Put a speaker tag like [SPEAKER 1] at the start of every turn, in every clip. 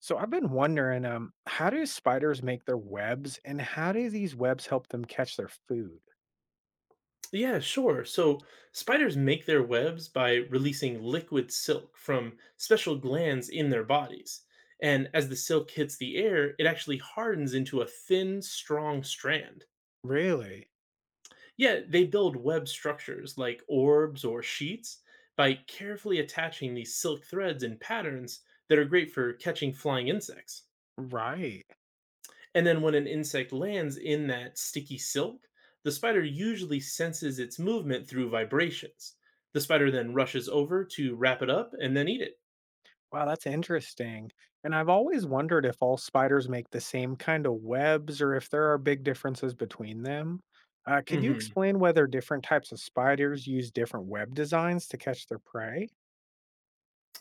[SPEAKER 1] So I've been wondering, how do spiders make their webs, and how do these webs help them catch their food?
[SPEAKER 2] Yeah, sure. So spiders make their webs by releasing liquid silk from special glands in their bodies. And as the silk hits the air, it actually hardens into a thin, strong strand.
[SPEAKER 1] Really?
[SPEAKER 2] Yet they build web structures like orbs or sheets by carefully attaching these silk threads in patterns that are great for catching flying insects.
[SPEAKER 1] Right.
[SPEAKER 2] And then when an insect lands in that sticky silk, the spider usually senses its movement through vibrations. The spider then rushes over to wrap it up and then eat it.
[SPEAKER 1] Wow, that's interesting. And I've always wondered if all spiders make the same kind of webs or if there are big differences between them. Could you
[SPEAKER 2] hmm
[SPEAKER 1] explain whether different types of spiders use different web designs to catch their prey?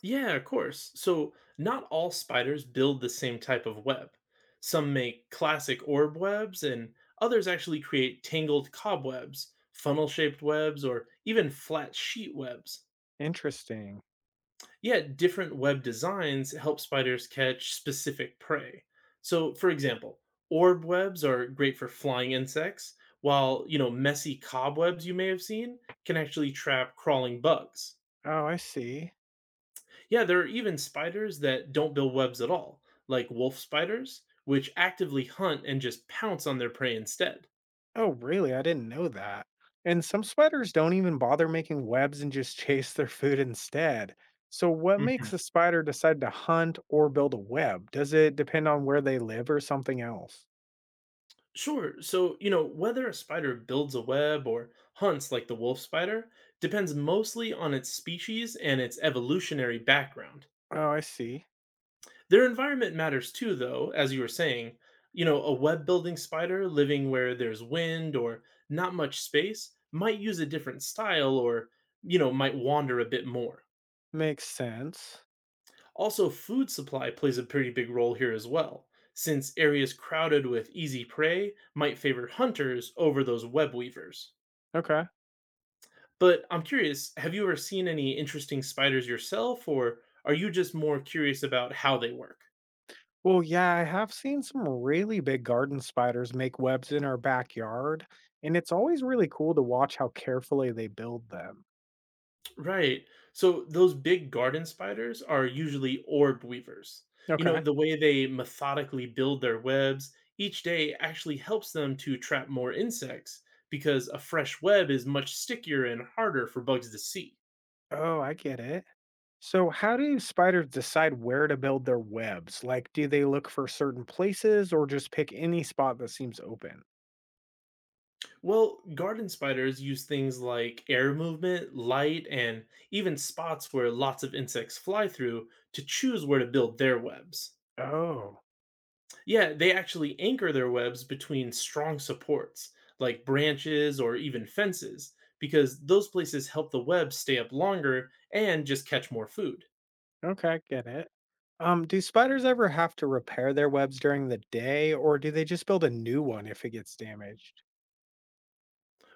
[SPEAKER 2] Yeah, of course. So, not all spiders build the same type of web. Some make classic orb webs, and others actually create tangled cobwebs, funnel shaped webs, or even flat sheet webs.
[SPEAKER 1] Interesting.
[SPEAKER 2] Yeah, different web designs help spiders catch specific prey. So, for example, orb webs are great for flying insects, while, messy cobwebs you may have seen can actually trap crawling bugs.
[SPEAKER 1] Oh, I see.
[SPEAKER 2] Yeah, there are even spiders that don't build webs at all, like wolf spiders, which actively hunt and just pounce on their prey instead.
[SPEAKER 1] Oh, really? I didn't know that. And some spiders don't even bother making webs and just chase their food instead. So, what makes a spider decide to hunt or build a web? Does it depend on where they live or something else?
[SPEAKER 2] Sure. So, whether a spider builds a web or hunts like the wolf spider depends mostly on its species and its evolutionary background.
[SPEAKER 1] Oh, I see.
[SPEAKER 2] Their environment matters too, though, as you were saying. You know, a web building spider living where there's wind or not much space might use a different style or, might wander a bit more.
[SPEAKER 1] Makes sense.
[SPEAKER 2] Also, food supply plays a pretty big role here as well, since areas crowded with easy prey might favor hunters over those web weavers.
[SPEAKER 1] Okay.
[SPEAKER 2] But I'm curious, have you ever seen any interesting spiders yourself, or are you just more curious about how they work?
[SPEAKER 1] Well, yeah, I have seen some really big garden spiders make webs in our backyard, and it's always really cool to watch how carefully they build them.
[SPEAKER 2] Right. So those big garden spiders are usually orb weavers. You know,
[SPEAKER 1] Okay.
[SPEAKER 2] the way they methodically build their webs each day actually helps them to trap more insects because a fresh web is much stickier and harder for bugs to see.
[SPEAKER 1] Oh, I get it. So, how do spiders decide where to build their webs? Like, do they look for certain places or just pick any spot that seems open?
[SPEAKER 2] Well, garden spiders use things like air movement, light, and even spots where lots of insects fly through to choose where to build their webs.
[SPEAKER 1] Oh,
[SPEAKER 2] Yeah, they actually anchor their webs between strong supports, like branches or even fences, because those places help the web stay up longer and just catch more food.
[SPEAKER 1] okay, get it. Do spiders ever have to repair their webs during the day, or do they just build a new one if it gets damaged?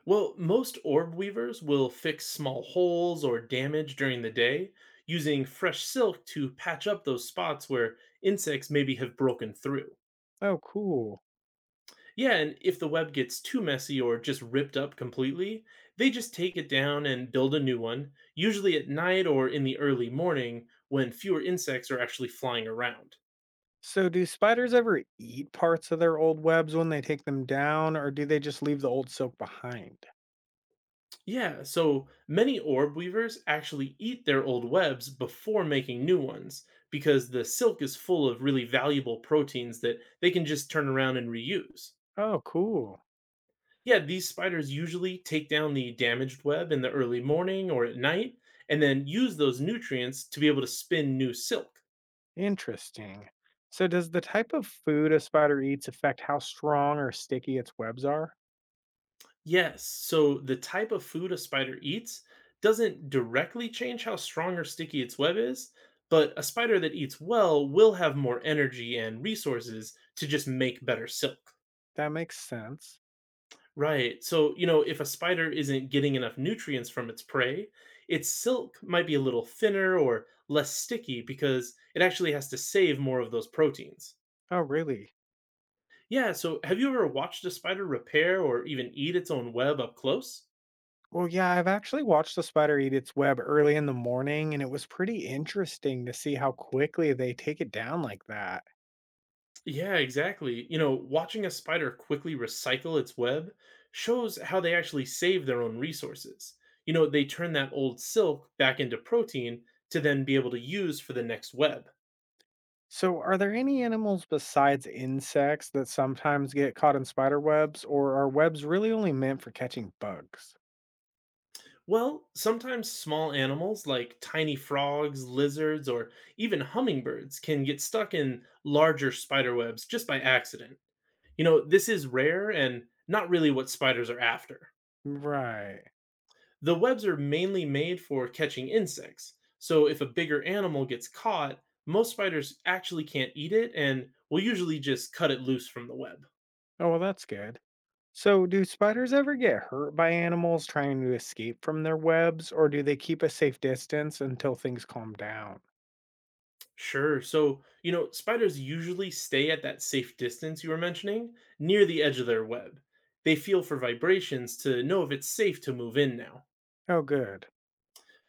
[SPEAKER 2] Well, most orb weavers will fix small holes or damage during the day using fresh silk to patch up those spots where insects maybe have broken through.
[SPEAKER 1] Oh, cool.
[SPEAKER 2] Yeah, and if the web gets too messy or just ripped up completely, they just take it down and build a new one, usually at night or in the early morning when fewer insects are actually flying around.
[SPEAKER 1] So, do spiders ever eat parts of their old webs when they take them down, or do they just leave the old silk behind?
[SPEAKER 2] Yeah, so many orb weavers actually eat their old webs before making new ones because the silk is full of really valuable proteins that they can just turn around and reuse.
[SPEAKER 1] Oh, cool.
[SPEAKER 2] Yeah, these spiders usually take down the damaged web in the early morning or at night and then use those nutrients to be able to spin new silk.
[SPEAKER 1] Interesting. So, does the type of food a spider eats affect how strong or sticky its webs are?
[SPEAKER 2] Yes, so the type of food a spider eats doesn't directly change how strong or sticky its web is, but a spider that eats well will have more energy and resources to just make better silk.
[SPEAKER 1] That makes sense.
[SPEAKER 2] Right, so, if a spider isn't getting enough nutrients from its prey, its silk might be a little thinner or less sticky because it actually has to save more of those proteins.
[SPEAKER 1] Oh, really?
[SPEAKER 2] Yeah, so have you ever watched a spider repair or even eat its own web up close?
[SPEAKER 1] Well, yeah, I've actually watched a spider eat its web early in the morning, and it was pretty interesting to see how quickly they take it down like that.
[SPEAKER 2] Yeah, exactly. You know, watching a spider quickly recycle its web shows how they actually save their own resources. You know, they turn that old silk back into protein to then be able to use for the next web.
[SPEAKER 1] So, are there any animals besides insects that sometimes get caught in spider webs, or are webs really only meant for catching bugs?
[SPEAKER 2] Well, sometimes small animals like tiny frogs, lizards, or even hummingbirds can get stuck in larger spider webs just by accident. You know, this is rare and not really what spiders are after.
[SPEAKER 1] Right.
[SPEAKER 2] The webs are mainly made for catching insects, so if a bigger animal gets caught, most spiders actually can't eat it and will usually just cut it loose from the web.
[SPEAKER 1] Oh, well, that's good. So, do spiders ever get hurt by animals trying to escape from their webs, or do they keep a safe distance until things calm down?
[SPEAKER 2] Sure. So, spiders usually stay at that safe distance you were mentioning, near the edge of their web. They feel for vibrations to know if it's safe to move in now.
[SPEAKER 1] Oh, good.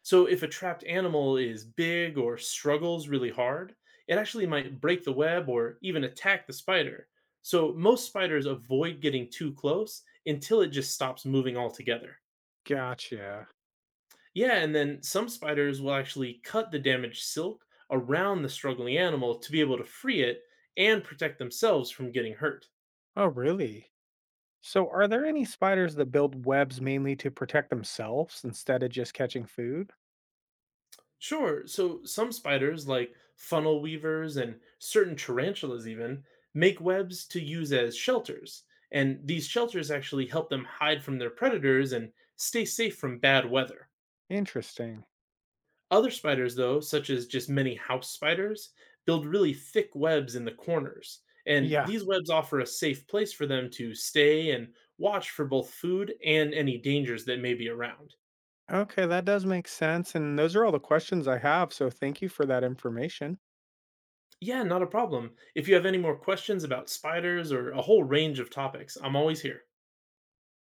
[SPEAKER 2] So if a trapped animal is big or struggles really hard, it actually might break the web or even attack the spider. So most spiders avoid getting too close until it just stops moving altogether.
[SPEAKER 1] Gotcha.
[SPEAKER 2] Yeah, and then some spiders will actually cut the damaged silk around the struggling animal to be able to free it and protect themselves from getting hurt.
[SPEAKER 1] Oh, really? So, are there any spiders that build webs mainly to protect themselves instead of just catching food?
[SPEAKER 2] Sure. So some spiders, like funnel weavers and certain tarantulas, even make webs to use as shelters. And these shelters actually help them hide from their predators and stay safe from bad weather.
[SPEAKER 1] Interesting.
[SPEAKER 2] Other spiders, though, such as just many house spiders, build really thick webs in the corners. And
[SPEAKER 1] Yeah.
[SPEAKER 2] these webs offer a safe place for them to stay and watch for both food and any dangers that may be around.
[SPEAKER 1] Okay, that does make sense. And those are all the questions I have. So, thank you for that information.
[SPEAKER 2] Yeah, not a problem. If you have any more questions about spiders or a whole range of topics, I'm always here.